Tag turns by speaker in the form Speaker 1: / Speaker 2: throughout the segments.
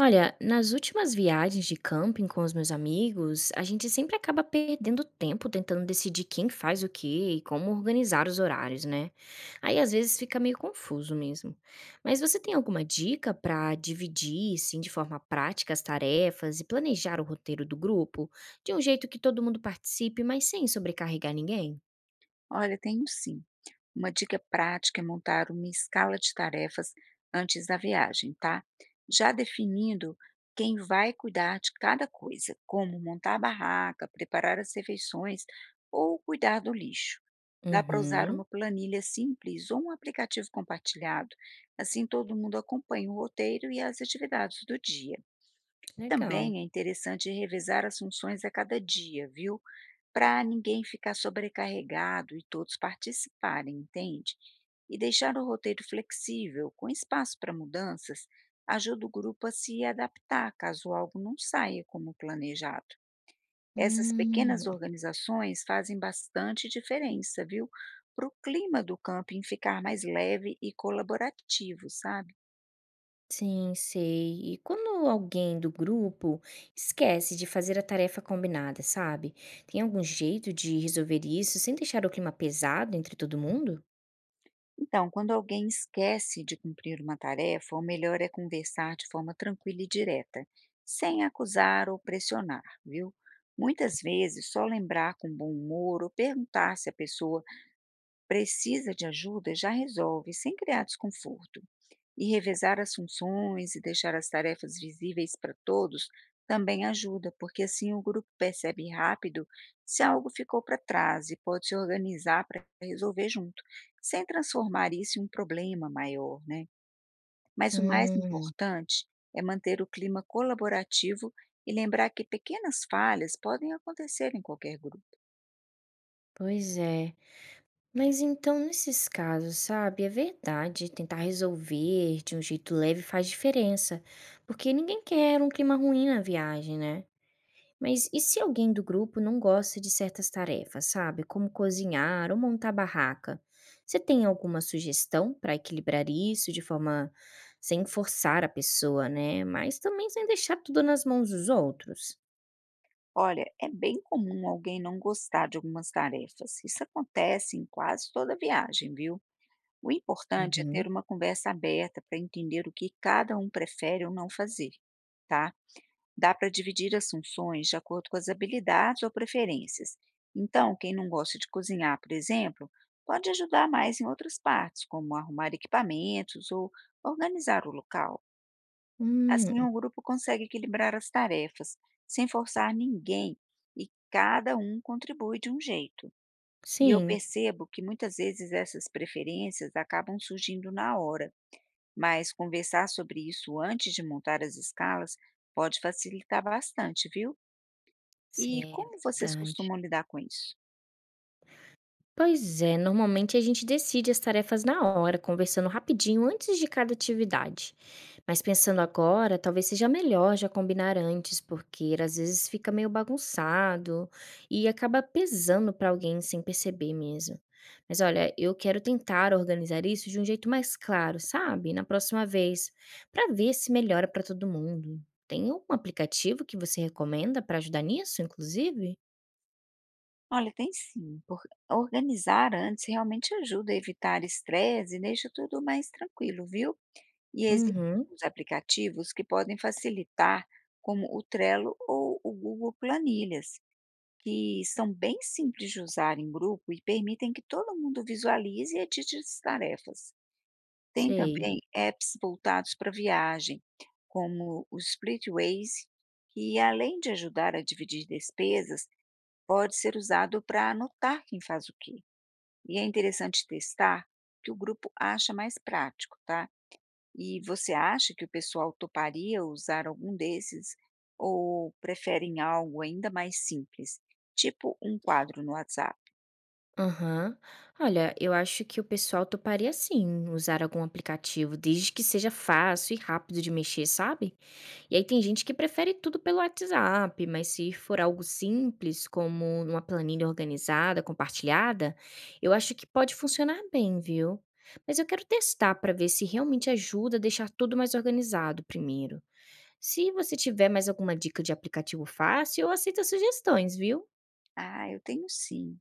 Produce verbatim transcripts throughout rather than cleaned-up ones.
Speaker 1: Olha, nas últimas viagens de camping com os meus amigos, a gente sempre acaba perdendo tempo tentando decidir quem faz o quê e como organizar os horários, né? Aí às vezes fica meio confuso mesmo. Mas você tem alguma dica para dividir, assim, de forma prática as tarefas e planejar o roteiro do grupo de um jeito que todo mundo participe, mas sem sobrecarregar ninguém?
Speaker 2: Olha, tenho sim. Uma dica prática é montar uma escala de tarefas antes da viagem, tá? Já definindo quem vai cuidar de cada coisa, como montar a barraca, preparar as refeições ou cuidar do lixo. Dá para usar
Speaker 1: Uhum,
Speaker 2: uma planilha simples ou um aplicativo compartilhado, assim todo mundo acompanha o roteiro e as atividades do dia. E
Speaker 1: legal.
Speaker 2: também é interessante revezar as funções a cada dia, viu? Para ninguém ficar sobrecarregado e todos participarem, entende? E deixar o roteiro flexível, com espaço para mudanças, ajuda o grupo a se adaptar caso algo não saia como planejado. Essas pequenas
Speaker 1: Hum.
Speaker 2: organizações fazem bastante diferença, viu? Para o clima do camping ficar mais leve e colaborativo, sabe?
Speaker 1: Sim, sei. E quando alguém do grupo esquece de fazer a tarefa combinada, sabe? Tem algum jeito de resolver isso sem deixar o clima pesado entre todo mundo?
Speaker 2: Então, quando alguém esquece de cumprir uma tarefa, o melhor é conversar de forma tranquila e direta, sem acusar ou pressionar, viu? Muitas vezes, só lembrar com bom humor ou perguntar se a pessoa precisa de ajuda já resolve, sem criar desconforto. E revezar as funções e deixar as tarefas visíveis para todos também ajuda, porque assim o grupo percebe rápido se algo ficou para trás e pode se organizar para resolver junto, sem transformar isso em um problema maior, né? Mas o mais
Speaker 1: Hum,
Speaker 2: importante é manter o clima colaborativo e lembrar que pequenas falhas podem acontecer em qualquer grupo.
Speaker 1: pois é. Mas então, nesses casos, sabe, é verdade, tentar resolver de um jeito leve faz diferença, porque ninguém quer um clima ruim na viagem, né? Mas e se alguém do grupo não gosta de certas tarefas, sabe? Como cozinhar ou montar barraca? Você tem alguma sugestão para equilibrar isso de forma sem forçar a pessoa, né? Mas também sem deixar tudo nas mãos dos outros.
Speaker 2: Olha, é bem comum alguém não gostar de algumas tarefas. Isso acontece em quase toda viagem, viu? O importante é
Speaker 1: Uhum.
Speaker 2: ter uma conversa aberta para entender o que cada um prefere ou não fazer, tá? Dá para dividir as funções de acordo com as habilidades ou preferências. Então, quem não gosta de cozinhar, por exemplo, pode ajudar mais em outras partes, como arrumar equipamentos ou organizar o local.
Speaker 1: Hum,
Speaker 2: Assim, o grupo consegue equilibrar as tarefas, sem forçar ninguém e cada um contribui de um jeito. E eu
Speaker 1: sim.
Speaker 2: percebo que muitas vezes essas preferências acabam surgindo na hora, mas conversar sobre isso antes de montar as escalas pode facilitar bastante, viu? E
Speaker 1: Sim, é
Speaker 2: como vocês
Speaker 1: verdade.
Speaker 2: costumam lidar com isso?
Speaker 1: Pois é, normalmente a gente decide as tarefas na hora, conversando rapidinho antes de cada atividade. Mas pensando agora, talvez seja melhor já combinar antes, porque às vezes fica meio bagunçado e acaba pesando para alguém sem perceber mesmo. Mas olha, eu quero tentar organizar isso de um jeito mais claro, sabe? Na próxima vez, para ver se melhora para todo mundo. Tem algum aplicativo que você recomenda para ajudar nisso, inclusive?
Speaker 2: Olha, tem sim. por- Organizar antes realmente ajuda a evitar estresse e deixa tudo mais tranquilo, viu? E existem
Speaker 1: Uhum,
Speaker 2: os aplicativos que podem facilitar, como o Trello ou o Google Planilhas, que são bem simples de usar em grupo e permitem que todo mundo visualize e edite as tarefas. Tem
Speaker 1: sei.
Speaker 2: também apps voltados para viagem, como o Splitways, que além de ajudar a dividir despesas, pode ser usado para anotar quem faz o quê. E é interessante testar o que o grupo acha mais prático, tá? E você acha que o pessoal toparia usar algum desses ou preferem algo ainda mais simples, tipo um quadro no WhatsApp?
Speaker 1: Aham. Olha, eu acho que o pessoal toparia sim usar algum aplicativo, desde que seja fácil e rápido de mexer, sabe? E aí tem gente que prefere tudo pelo WhatsApp, mas se for algo simples, como uma planilha organizada, compartilhada, eu acho que pode funcionar bem, viu? Mas eu quero testar para ver se realmente ajuda a deixar tudo mais organizado primeiro. Se você tiver mais alguma dica de aplicativo fácil, eu aceito as sugestões, viu?
Speaker 2: Ah, eu tenho sim.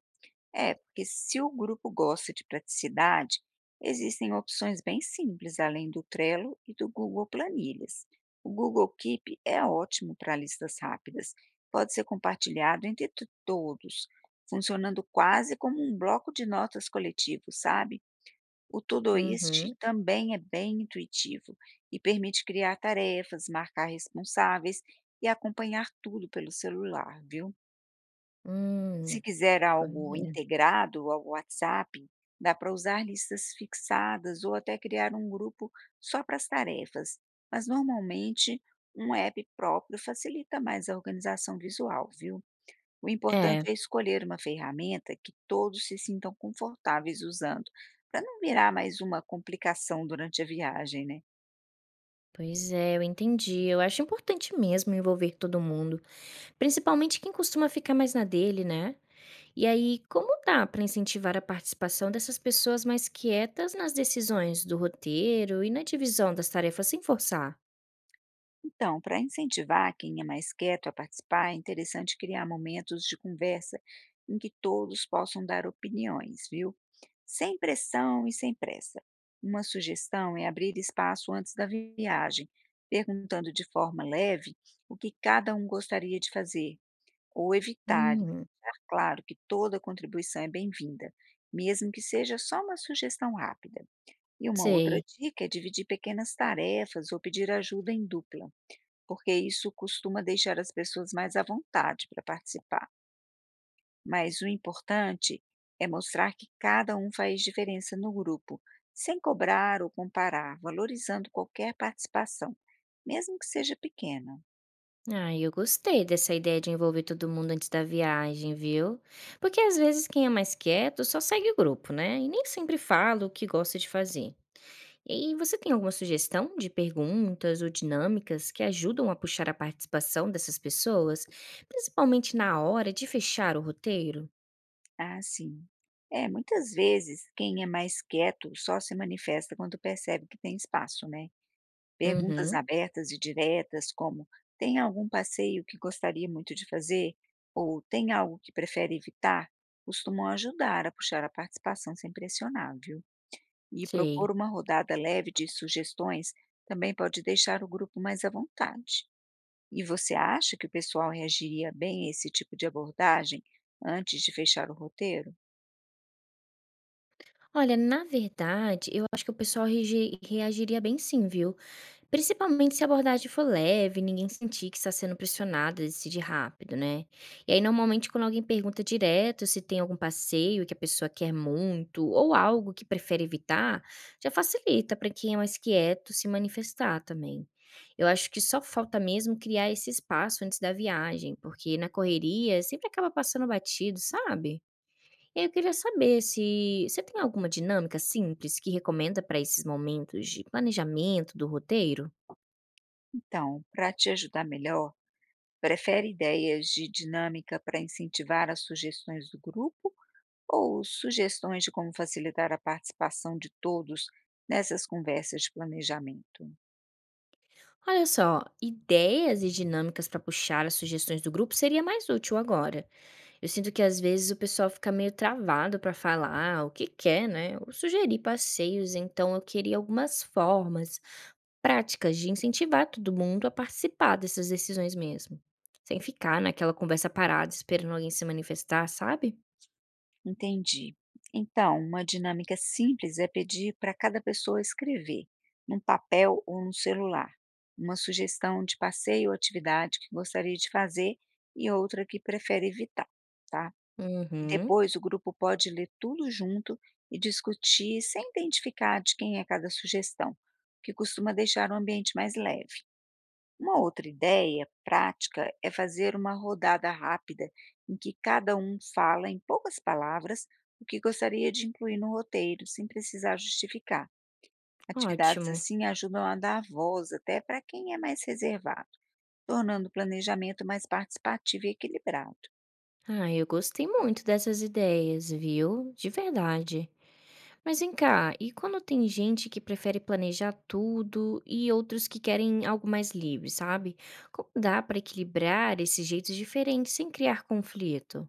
Speaker 2: É, porque se o grupo gosta de praticidade, existem opções bem simples além do Trello e do Google Planilhas. O Google Keep é ótimo para listas rápidas, pode ser compartilhado entre to- todos, funcionando quase como um bloco de notas coletivo, sabe? O Todoist
Speaker 1: Uhum.
Speaker 2: também é bem intuitivo e permite criar tarefas, marcar responsáveis e acompanhar tudo pelo celular, viu? Se
Speaker 1: Hum,
Speaker 2: quiser
Speaker 1: pois
Speaker 2: algo
Speaker 1: é.
Speaker 2: integrado ao WhatsApp, dá para usar listas fixadas ou até criar um grupo só para as tarefas, mas normalmente um app próprio facilita mais a organização visual, viu? O
Speaker 1: É.
Speaker 2: importante é escolher uma ferramenta que todos se sintam confortáveis usando, para não virar mais uma complicação durante a viagem, né?
Speaker 1: Pois é, eu entendi. Eu acho importante mesmo envolver todo mundo, principalmente quem costuma ficar mais na dele, né? E aí, como dá para incentivar a participação dessas pessoas mais quietas nas decisões do roteiro e na divisão das tarefas sem forçar?
Speaker 2: Então, para incentivar quem é mais quieto a participar, é interessante criar momentos de conversa em que todos possam dar opiniões, viu? Sem pressão e sem pressa. Uma sugestão é abrir espaço antes da viagem, perguntando de forma leve o que cada um gostaria de fazer ou evitar. E
Speaker 1: Hum,
Speaker 2: deixar claro que toda contribuição é bem-vinda, mesmo que seja só uma sugestão rápida. E uma outra
Speaker 1: sei.
Speaker 2: dica é dividir pequenas tarefas ou pedir ajuda em dupla, porque isso costuma deixar as pessoas mais à vontade para participar. Mas o importante é mostrar que cada um faz diferença no grupo, sem cobrar ou comparar, valorizando qualquer participação, mesmo que seja pequena.
Speaker 1: Ah, eu gostei dessa ideia de envolver todo mundo antes da viagem, viu? Porque às vezes quem é mais quieto só segue o grupo, né? E nem sempre fala o que gosta de fazer. E aí, você tem alguma sugestão de perguntas ou dinâmicas que ajudam a puxar a participação dessas pessoas, principalmente na hora de fechar o roteiro?
Speaker 2: Ah, sim. É, muitas vezes quem é mais quieto só se manifesta quando percebe que tem espaço, né? Perguntas
Speaker 1: Uhum,
Speaker 2: abertas e diretas, como: "Tem algum passeio que gostaria muito de fazer?" ou "Tem algo que prefere evitar?", costumam ajudar a puxar a participação sem pressionar, viu. E
Speaker 1: sei.
Speaker 2: propor uma rodada leve de sugestões também pode deixar o grupo mais à vontade. E você acha que o pessoal reagiria bem a esse tipo de abordagem antes de fechar o roteiro?
Speaker 1: Olha, na verdade, eu acho que o pessoal rege- reagiria bem sim, viu? Principalmente se a abordagem for leve, ninguém sentir que está sendo pressionado a decidir rápido, né? E aí, normalmente, quando alguém pergunta direto se tem algum passeio que a pessoa quer muito ou algo que prefere evitar, já facilita para quem é mais quieto se manifestar também. Eu acho que só falta mesmo criar esse espaço antes da viagem, porque na correria sempre acaba passando batido, sabe? E aí eu queria saber se você tem alguma dinâmica simples que recomenda para esses momentos de planejamento do roteiro?
Speaker 2: Então, para te ajudar melhor, prefere ideias de dinâmica para incentivar as sugestões do grupo ou sugestões de como facilitar a participação de todos nessas conversas de planejamento?
Speaker 1: Olha só, ideias e dinâmicas para puxar as sugestões do grupo seria mais útil agora. Eu sinto que às vezes o pessoal fica meio travado para falar o que quer, né? Ou sugerir passeios, então eu queria algumas formas práticas de incentivar todo mundo a participar dessas decisões mesmo, sem ficar naquela conversa parada esperando alguém se manifestar, sabe?
Speaker 2: Entendi. Então, uma dinâmica simples é pedir para cada pessoa escrever, num papel ou no celular, uma sugestão de passeio ou atividade que gostaria de fazer e outra que prefere evitar, tá? E
Speaker 1: Uhum,
Speaker 2: depois o grupo pode ler tudo junto e discutir sem identificar de quem é cada sugestão, o que costuma deixar o ambiente mais leve. Uma outra ideia prática é fazer uma rodada rápida em que cada um fala em poucas palavras o que gostaria de incluir no roteiro, sem precisar justificar. Atividades
Speaker 1: ótimo.
Speaker 2: assim ajudam a dar voz até para quem é mais reservado, tornando o planejamento mais participativo e equilibrado.
Speaker 1: Ah, eu gostei muito dessas ideias, viu? De verdade. Mas vem cá, e quando tem gente que prefere planejar tudo e outros que querem algo mais livre, sabe? Como dá para equilibrar esses jeitos diferentes sem criar conflito?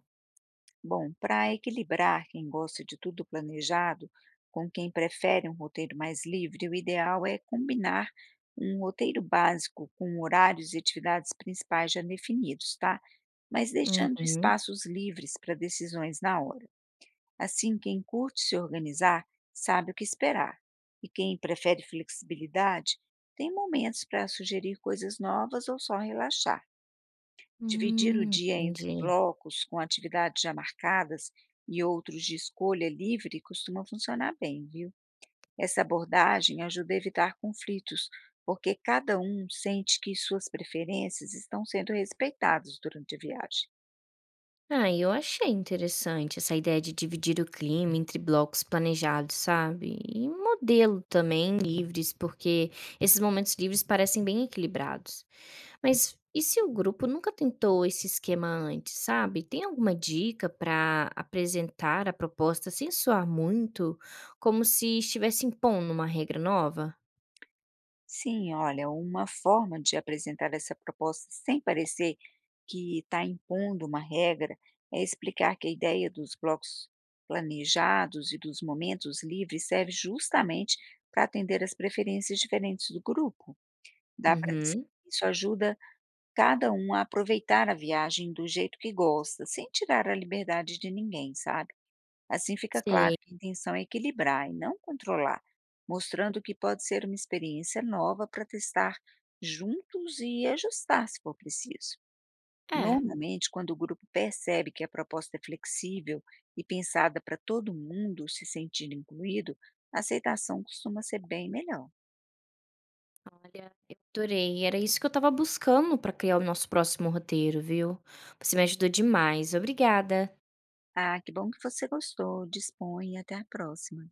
Speaker 2: Bom, para equilibrar quem gosta de tudo planejado com quem prefere um roteiro mais livre, o ideal é combinar um roteiro básico com horários e atividades principais já definidos, tá? Mas deixando
Speaker 1: Uhum.
Speaker 2: espaços livres para decisões na hora. Assim, quem curte se organizar sabe o que esperar. E quem prefere flexibilidade tem momentos para sugerir coisas novas ou só relaxar. Dividir o
Speaker 1: Hum,
Speaker 2: dia entre
Speaker 1: entendi.
Speaker 2: blocos com atividades já marcadas e outros de escolha livre costuma funcionar bem, viu? Essa abordagem ajuda a evitar conflitos, porque cada um sente que suas preferências estão sendo respeitadas durante a viagem.
Speaker 1: Ah, eu achei interessante essa ideia de dividir o clima entre blocos planejados, sabe? E modelo também livres, porque esses momentos livres parecem bem equilibrados. Mas e se o grupo nunca tentou esse esquema antes, sabe? Tem alguma dica para apresentar a proposta sem soar muito, como se estivesse impondo uma regra nova?
Speaker 2: Sim, olha, uma forma de apresentar essa proposta sem parecer que está impondo uma regra é explicar que a ideia dos blocos planejados e dos momentos livres serve justamente para atender às preferências diferentes do grupo. Dá para dizer
Speaker 1: Uhum,
Speaker 2: que isso ajuda cada um a aproveitar a viagem do jeito que gosta, sem tirar a liberdade de ninguém, sabe? Assim fica
Speaker 1: sei.
Speaker 2: claro que a intenção é equilibrar e não controlar, mostrando que pode ser uma experiência nova para testar juntos e ajustar se for preciso.
Speaker 1: É,
Speaker 2: Normalmente, quando o grupo percebe que a proposta é flexível e pensada para todo mundo se sentir incluído, a aceitação costuma ser bem melhor.
Speaker 1: olha, eu adorei. Era isso que eu estava buscando para criar o nosso próximo roteiro, viu? Você me ajudou demais. Obrigada.
Speaker 2: Ah, que bom que você gostou. Disponha. Até a próxima.